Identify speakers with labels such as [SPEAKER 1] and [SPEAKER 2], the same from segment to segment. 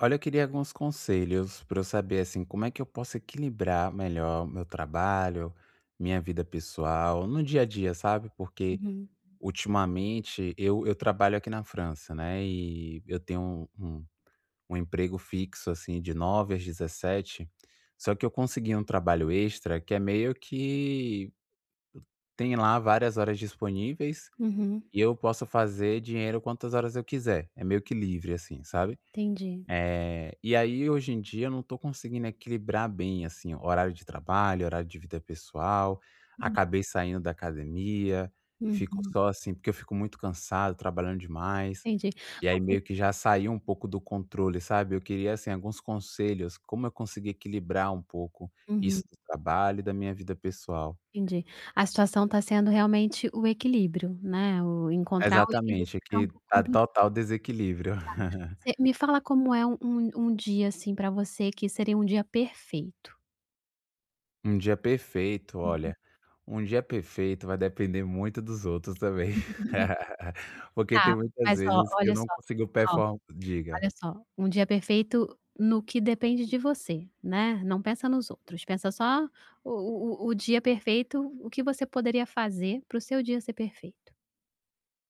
[SPEAKER 1] Olha, eu queria alguns conselhos para eu saber assim, como é que eu posso equilibrar melhor meu trabalho, minha vida pessoal, no dia a dia, sabe? Porque
[SPEAKER 2] Uhum.
[SPEAKER 1] ultimamente eu trabalho aqui na França, né? E eu tenho um emprego fixo assim de 9 às 17. Só que eu consegui um trabalho extra que é meio que tem lá várias horas disponíveis
[SPEAKER 2] Uhum.
[SPEAKER 1] e eu posso fazer dinheiro quantas horas eu quiser. É meio que livre assim, sabe?
[SPEAKER 2] Entendi.
[SPEAKER 1] É, e aí hoje em dia eu não tô conseguindo equilibrar bem, assim, horário de trabalho, horário de vida pessoal. Acabei saindo da academia, fico
[SPEAKER 2] Uhum.
[SPEAKER 1] só assim, porque eu fico muito cansado, trabalhando demais.
[SPEAKER 2] Entendi.
[SPEAKER 1] E aí
[SPEAKER 2] Assim,
[SPEAKER 1] meio que já saiu um pouco do controle, sabe? Eu queria, assim, alguns conselhos, como eu conseguir equilibrar um pouco
[SPEAKER 2] uhum.
[SPEAKER 1] isso do trabalho e da minha vida pessoal.
[SPEAKER 2] Entendi. A situação está sendo realmente o equilíbrio, né, o encontrar o
[SPEAKER 1] Exatamente,
[SPEAKER 2] equilíbrio
[SPEAKER 1] é
[SPEAKER 2] está um
[SPEAKER 1] que
[SPEAKER 2] pouco
[SPEAKER 1] tá
[SPEAKER 2] complicado.
[SPEAKER 1] total desequilíbrio.
[SPEAKER 2] Você me fala como é um dia, assim, para você que seria um dia perfeito.
[SPEAKER 1] Um dia perfeito, olha. Um dia é perfeito vai depender muito dos outros também, porque tem
[SPEAKER 2] Tá,
[SPEAKER 1] muitas
[SPEAKER 2] mas
[SPEAKER 1] vezes que eu não consigo
[SPEAKER 2] ó,
[SPEAKER 1] perform diga.
[SPEAKER 2] olha só, um dia perfeito no que depende de você, né, não pensa nos outros, pensa só o dia perfeito, o que você poderia fazer para o seu dia ser perfeito.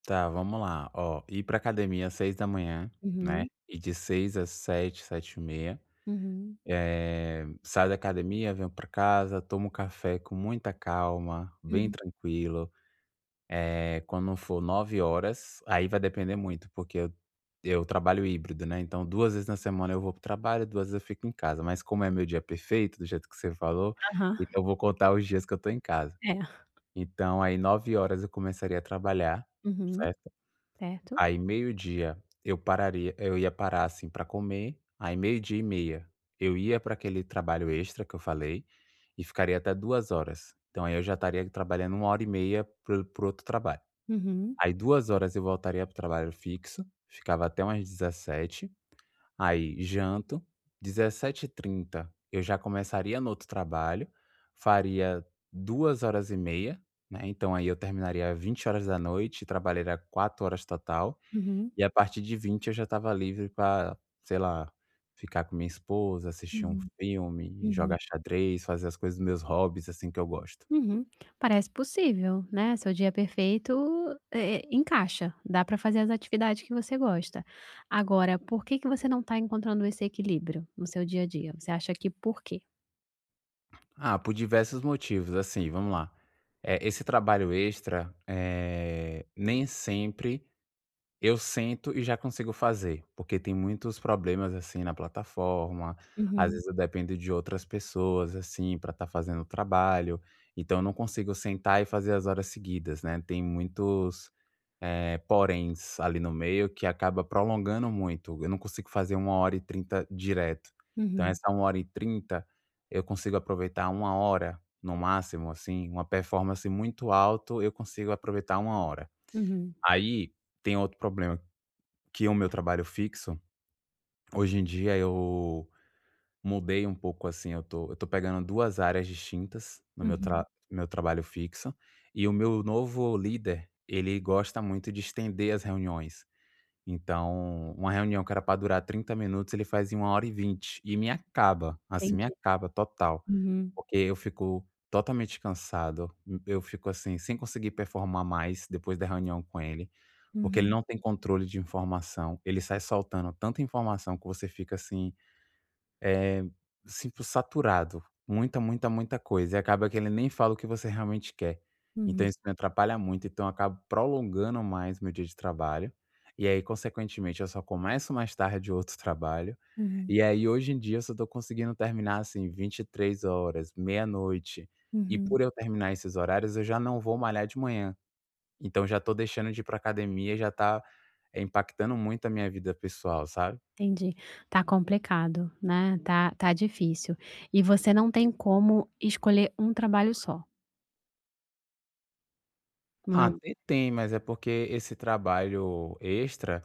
[SPEAKER 1] Tá, vamos lá, ó, ir pra academia às 6 da manhã, né,
[SPEAKER 2] Uhum,
[SPEAKER 1] e de 6 às 7, 7h30.
[SPEAKER 2] uhum,
[SPEAKER 1] 30 saio da academia, venho pra casa, tomo café com muita calma, bem
[SPEAKER 2] uhum.
[SPEAKER 1] tranquilo. Quando for 9 horas, aí vai depender muito, porque eu trabalho híbrido, né, então 2 vezes na semana eu vou para o trabalho, 2 vezes eu fico em casa, mas como é meu dia perfeito, do jeito que você falou,
[SPEAKER 2] Aham,
[SPEAKER 1] então eu vou contar os dias que eu tô em casa.
[SPEAKER 2] é.
[SPEAKER 1] Então aí 9 horas eu começaria a trabalhar,
[SPEAKER 2] Uhum,
[SPEAKER 1] certo.
[SPEAKER 2] certo.
[SPEAKER 1] Aí meio-dia eu ia parar, assim, para comer, aí meio-dia e meia eu ia para aquele trabalho extra que eu falei, e ficaria até 2 horas. Então aí eu já estaria trabalhando 1h30 para o outro trabalho.
[SPEAKER 2] Uhum,
[SPEAKER 1] Aí 2 horas eu voltaria pro trabalho fixo, ficava até umas 17. Aí janto, dezessete h 30 eu já começaria no outro trabalho, faria 2h30, né, então aí eu terminaria 20 horas da noite, trabalharia 4 horas total,
[SPEAKER 2] uhum,
[SPEAKER 1] e a partir de 20 eu já estava livre para, sei lá, ficar com minha esposa, assistir um
[SPEAKER 2] uhum,
[SPEAKER 1] filme,
[SPEAKER 2] uhum,
[SPEAKER 1] jogar xadrez, fazer as coisas dos meus hobbies, assim, que eu gosto.
[SPEAKER 2] uhum. Parece possível, né, seu dia perfeito, eh, encaixa, dá para fazer as atividades que você gosta. Agora, por que que você não está encontrando esse equilíbrio no seu dia a dia? Você acha que por quê?
[SPEAKER 1] Ah, por diversos motivos, assim, vamos lá. É esse trabalho extra, nem sempre eu sento e já consigo fazer, porque tem muitos problemas, assim, na plataforma, às
[SPEAKER 2] Uhum,
[SPEAKER 1] vezes eu dependo de outras pessoas, assim, para estar fazendo o trabalho, então eu não consigo sentar e fazer as horas seguidas, né, tem muitos poréns ali no meio que acaba prolongando muito. Eu não consigo fazer 1h30 direto. Então
[SPEAKER 2] uhum,
[SPEAKER 1] essa 1h30 eu consigo aproveitar uma hora no máximo, assim, uma performance muito alto, eu consigo aproveitar uma hora.
[SPEAKER 2] uhum,
[SPEAKER 1] Aí, tem outro problema, que é o meu trabalho fixo. Hoje em dia eu mudei um pouco, assim, eu tô pegando 2 áreas distintas no meu
[SPEAKER 2] uhum.
[SPEAKER 1] tra meu trabalho fixo, e o meu novo líder, ele gosta muito de estender as reuniões. Então, uma reunião que era para durar 30 minutos, ele faz em 1h20 e me acaba, assim, me
[SPEAKER 2] Entendi.
[SPEAKER 1] acaba total,
[SPEAKER 2] Uhum,
[SPEAKER 1] porque eu fico totalmente cansado, eu fico, assim, sem conseguir performar mais depois da reunião com ele, porque ele
[SPEAKER 2] uhum,
[SPEAKER 1] não tem controle de informação, ele sai soltando tanta informação que você fica assim é, sinto saturado, muita, muita, muita coisa, e acaba que ele nem fala o que você realmente quer. Então
[SPEAKER 2] uhum,
[SPEAKER 1] isso me atrapalha muito, então eu acabo prolongando mais meu dia de trabalho, e aí consequentemente eu só começo mais tarde outro trabalho,
[SPEAKER 2] uhum,
[SPEAKER 1] e aí hoje em dia eu só tô conseguindo terminar assim 23 horas meia-noite, e
[SPEAKER 2] uhum.
[SPEAKER 1] por eu terminar esses horários eu já não vou malhar de manhã, então já tô deixando de ir pra academia, já tá, impactando muito a minha vida pessoal, sabe?
[SPEAKER 2] Entendi. Tá complicado, né, tá difícil. E você não tem como escolher um trabalho só, não é
[SPEAKER 1] Ah,
[SPEAKER 2] um.
[SPEAKER 1] até tem, mas é porque esse trabalho extra,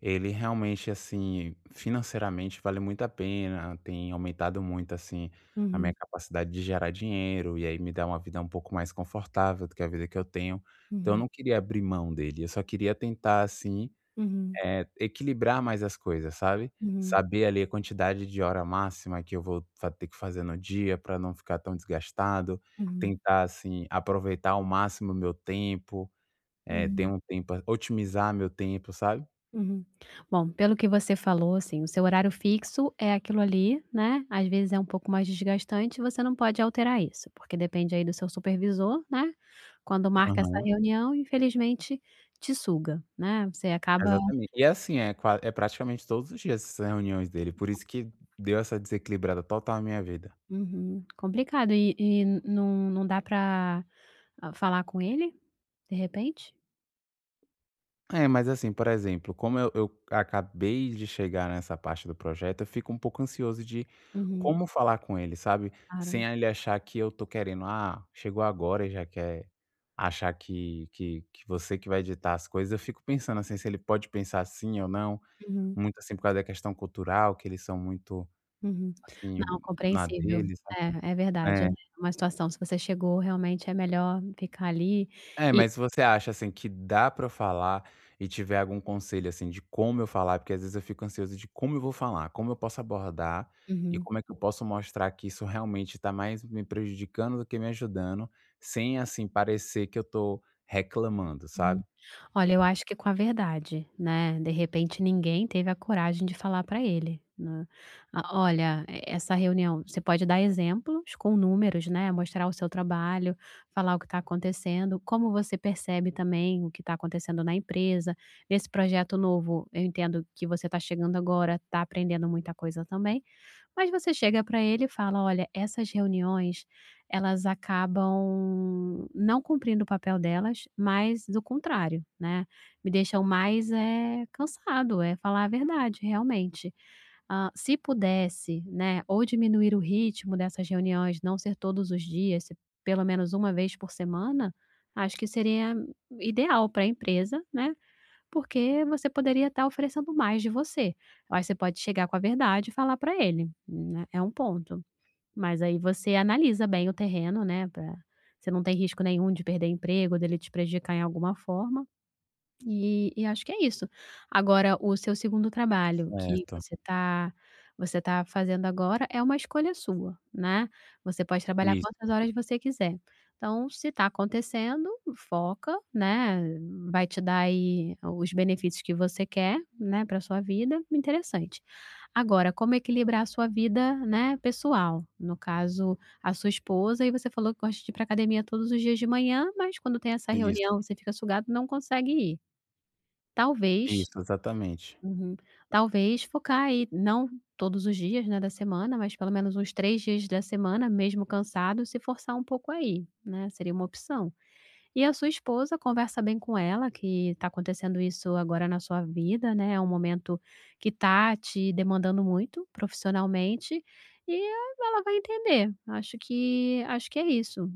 [SPEAKER 1] ele realmente, assim, financeiramente vale muito a pena, tem aumentado muito, assim, a minha
[SPEAKER 2] Uhum,
[SPEAKER 1] capacidade de gerar dinheiro, e aí me dá uma vida um pouco mais confortável do que a vida que eu tenho. Então eu
[SPEAKER 2] uhum,
[SPEAKER 1] não queria abrir mão dele, eu só queria tentar, assim,
[SPEAKER 2] uhum,
[SPEAKER 1] equilibrar mais as coisas, sabe?
[SPEAKER 2] uhum,
[SPEAKER 1] Saber ali a quantidade de hora máxima que eu vou fa ter que fazer no dia para não ficar tão desgastado,
[SPEAKER 2] uhum,
[SPEAKER 1] tentar, assim, aproveitar ao máximo o meu tempo. É, ter
[SPEAKER 2] uhum,
[SPEAKER 1] um tempo otimizar meu tempo, sabe.
[SPEAKER 2] uhum. Bom, pelo que você falou, assim, o seu horário fixo é aquilo ali, né, às vezes é um pouco mais desgastante, você não pode alterar isso, porque depende aí do seu supervisor, né, quando marca essa
[SPEAKER 1] Aham.
[SPEAKER 2] reunião, infelizmente te suga, né, você acaba.
[SPEAKER 1] Exatamente. E é assim, é qua é praticamente todos os dias essas reuniões dele, por isso que deu essa desequilibrada total na minha vida.
[SPEAKER 2] Uhum, complicado e não dá para. Ah, falar com ele, de repente?
[SPEAKER 1] É, mas assim, por exemplo, como eu acabei de chegar nessa parte do projeto, eu fico um pouco ansioso de
[SPEAKER 2] Uhum.
[SPEAKER 1] como falar com ele, sabe,
[SPEAKER 2] Claro.
[SPEAKER 1] sem ele achar que eu tô querendo: "Ah, chegou agora e já quer achar que você que vai editar as coisas." Eu fico pensando, assim, se ele pode pensar assim ou não.
[SPEAKER 2] Uhum.
[SPEAKER 1] Muito, assim, por causa da questão cultural, que eles são muito,
[SPEAKER 2] Uhum.
[SPEAKER 1] assim,
[SPEAKER 2] Não,
[SPEAKER 1] na
[SPEAKER 2] compreensível.
[SPEAKER 1] deles,
[SPEAKER 2] É, é verdade,
[SPEAKER 1] né. É.
[SPEAKER 2] né, uma situação, se você chegou, realmente é melhor ficar ali
[SPEAKER 1] É,
[SPEAKER 2] e.
[SPEAKER 1] mas você acha, assim, que dá pra eu falar e tiver algum conselho, assim, de como eu falar? Porque às vezes eu fico ansioso de como eu vou falar, como eu posso abordar e
[SPEAKER 2] Uhum.
[SPEAKER 1] como é que eu posso mostrar que isso realmente tá mais me prejudicando do que me ajudando, sem, assim, parecer que eu tô reclamando,
[SPEAKER 2] Uhum.
[SPEAKER 1] sabe.
[SPEAKER 2] Olha, eu acho que com a verdade, né, de repente ninguém teve a coragem de falar para ele, né. "Ah, olha, e essa reunião", você pode dar exemplos com números, né, mostrar o seu trabalho, falar o que está acontecendo, como você percebe também o que está acontecendo na empresa. Nesse projeto novo, eu entendo que você está chegando agora, está aprendendo muita coisa também, mas você chega para ele e fala: "Olha, essas reuniões elas acabam não cumprindo o papel delas, mas do contrário, né, me deixam mais, é cansado, é falar a verdade, realmente. Hã, se pudesse, né, ou diminuir o ritmo dessas reuniões, não ser todos os dias, ser pelo menos uma vez por semana, acho que seria ideal para a empresa, né, porque você poderia estar oferecendo mais de você." Aí você pode chegar com a verdade e falar para ele, né, é um ponto. Mas aí você analisa bem o terreno, né, pra você não tem risco nenhum de perder emprego, dele te prejudicar em alguma forma. E acho que é isso. Agora o seu segundo trabalho que
[SPEAKER 1] Certo.
[SPEAKER 2] você tá fazendo agora é uma escolha sua, né. Você pode trabalhar quantas
[SPEAKER 1] Isso,
[SPEAKER 2] horas você quiser. Então se está acontecendo, foca, né, vai te dar aí os benefícios que você quer, né, para sua vida, interessante. Agora como equilibrar a sua vida, né, pessoal, no caso a sua esposa, e você falou que gosta de ir para academia todos os dias de manhã, mas quando tem essa
[SPEAKER 1] isso,
[SPEAKER 2] reunião você fica sugado, não consegue ir. Talvez,
[SPEAKER 1] isso, exatamente.
[SPEAKER 2] uhum, talvez focar aí, não todos os dias, né, da semana, mas pelo menos uns 3 dias da semana, mesmo cansado, se forçar um pouco aí, né, seria uma opção. E a sua esposa, conversa bem com ela que está acontecendo isso agora na sua vida, né, é um momento que tá te demandando muito profissionalmente, e ela vai entender. Acho que é isso.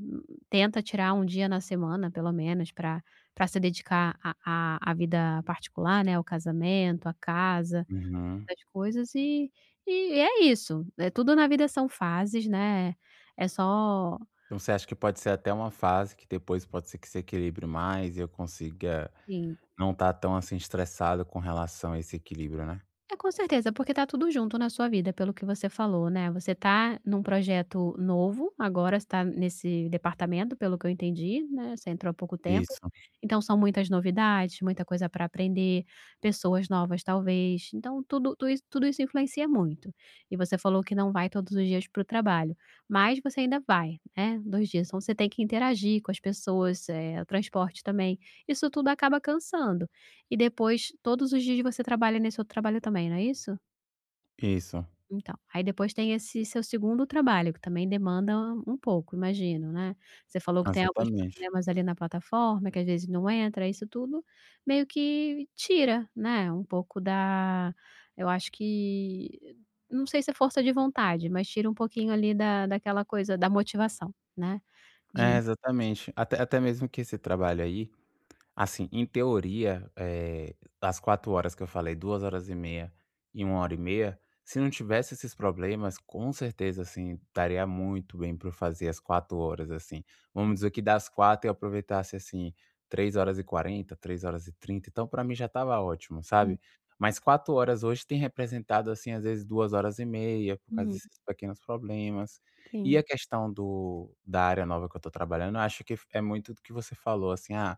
[SPEAKER 2] Tenta tirar um dia na semana, pelo menos, para se dedicar à vida particular, né, ao casamento, à casa,
[SPEAKER 1] Uhum.
[SPEAKER 2] essas coisas e é isso. É tudo na vida são fases, né, é só,
[SPEAKER 1] Então você acha que pode ser até uma fase que depois pode ser que se equilibre mais e eu consiga
[SPEAKER 2] assim.
[SPEAKER 1] não estar tão, assim, estressado com relação a esse equilíbrio, né?
[SPEAKER 2] É, com certeza, porque tá tudo junto na sua vida, pelo que você falou, né. Você tá num projeto novo, agora está nesse departamento, pelo que eu entendi, né, você entrou há pouco tempo.
[SPEAKER 1] Isso,
[SPEAKER 2] Então são muitas novidades, muita coisa para aprender, pessoas novas talvez, então tudo isso influencia muito. E você falou que não vai todos os dias para o trabalho, mas você ainda vai, né, 2 dias, então você tem que interagir com as pessoas, eh, o transporte também. Isso tudo acaba cansando. E depois, todos os dias você trabalha nesse outro trabalho também, não é isso?
[SPEAKER 1] isso,
[SPEAKER 2] Então, aí depois tem esse seu segundo trabalho, que também demanda um pouco, imagino, né. Você falou que tem alguns
[SPEAKER 1] exatamente.
[SPEAKER 2] problemas ali na plataforma, que às vezes não entra, isso tudo meio que tira, né, um pouco da, eu acho que não sei se é força de vontade, mas tira um pouquinho ali da daquela coisa da motivação, né, de
[SPEAKER 1] É, exatamente. Até mesmo que esse trabalho aí. Assim, em teoria, as 4 horas que eu falei, 2h30 e 1h30, se não tivesse esses problemas, com certeza, assim, daria muito bem para eu fazer as 4 horas, assim. Vamos dizer que das 4 eu aproveitasse, assim, 3h40 3h30 então para mim já estava ótimo, sabe. Mas 4 horas hoje tem representado, assim, às vezes 2h30, por causa
[SPEAKER 2] uhum,
[SPEAKER 1] desses pequenos problemas. E a
[SPEAKER 2] sim.
[SPEAKER 1] questão do da área nova que eu estou trabalhando, eu acho que é muito do que você falou, assim: "Ah,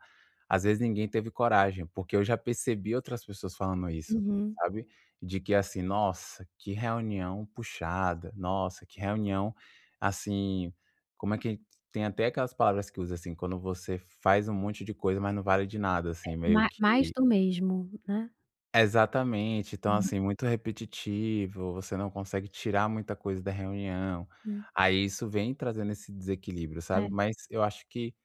[SPEAKER 1] às vezes ninguém teve coragem, porque eu já percebi outras pessoas falando isso,
[SPEAKER 2] Uhum.
[SPEAKER 1] sabe. De que assim: Nossa, que reunião puxada, nossa, que reunião, assim" como é que tem até aquelas palavras que usa, assim, quando você faz um monte de coisa, mas não vale de nada, assim, meio
[SPEAKER 2] Ma
[SPEAKER 1] que
[SPEAKER 2] mais do mesmo, né.
[SPEAKER 1] exatamente. Então, assim, muito repetitivo, você não consegue tirar muita coisa da reunião.
[SPEAKER 2] Uhum.
[SPEAKER 1] Aí isso vem trazendo esse desequilíbrio, sabe.
[SPEAKER 2] É.
[SPEAKER 1] Mas eu acho que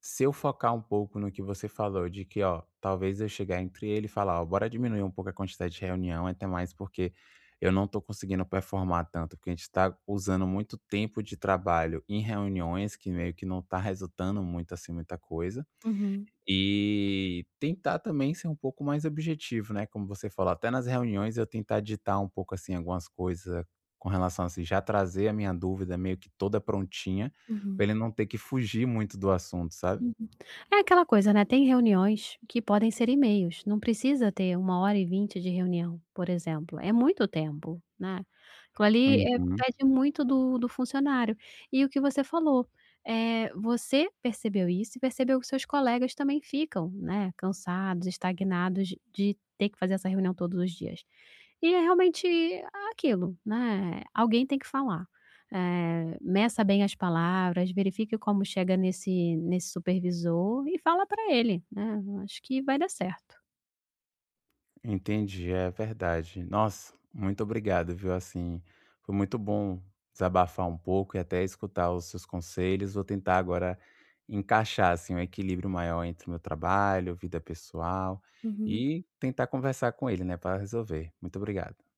[SPEAKER 1] se eu focar um pouco no que você falou de que, ó, talvez eu chegar entre ele e falar: "Ó, bora diminuir um pouco a quantidade de reunião, até mais porque eu não tô conseguindo performar tanto, porque a gente tá usando muito tempo de trabalho em reuniões que meio que não tá resultando muito, assim, muita coisa."
[SPEAKER 2] Uhum,
[SPEAKER 1] E tentar também ser um pouco mais objetivo, né, como você falou, até nas reuniões eu tentar ditar um pouco, assim, algumas coisas com relação, a assim, já trazer a minha dúvida meio que toda prontinha, pra
[SPEAKER 2] uhum,
[SPEAKER 1] ele não ter que fugir muito do assunto, sabe?
[SPEAKER 2] uhum. É aquela coisa, né, tem reuniões que podem ser e-mails, não precisa ter 1h20 de reunião, por exemplo, é muito tempo, né. Aquilo ali, eh,
[SPEAKER 1] Uhum,
[SPEAKER 2] pede muito do funcionário. E o que você falou, eh, você percebeu isso e percebeu que seus colegas também ficam, né, cansados, estagnados de ter que fazer essa reunião todos os dias. E é realmente aquilo, né, alguém tem que falar. Eh, meça bem as palavras, verifique como chega nesse supervisor e fala para ele, né, acho que vai dar certo.
[SPEAKER 1] entendi, é verdade. Nossa, muito obrigado, viu, assim, foi muito bom desabafar um pouco e até escutar os seus conselhos. Vou tentar agora encaixar, assim, um equilíbrio maior entre o meu trabalho, vida pessoal
[SPEAKER 2] Uhum.
[SPEAKER 1] e tentar conversar com ele, né, para resolver. Muito obrigado.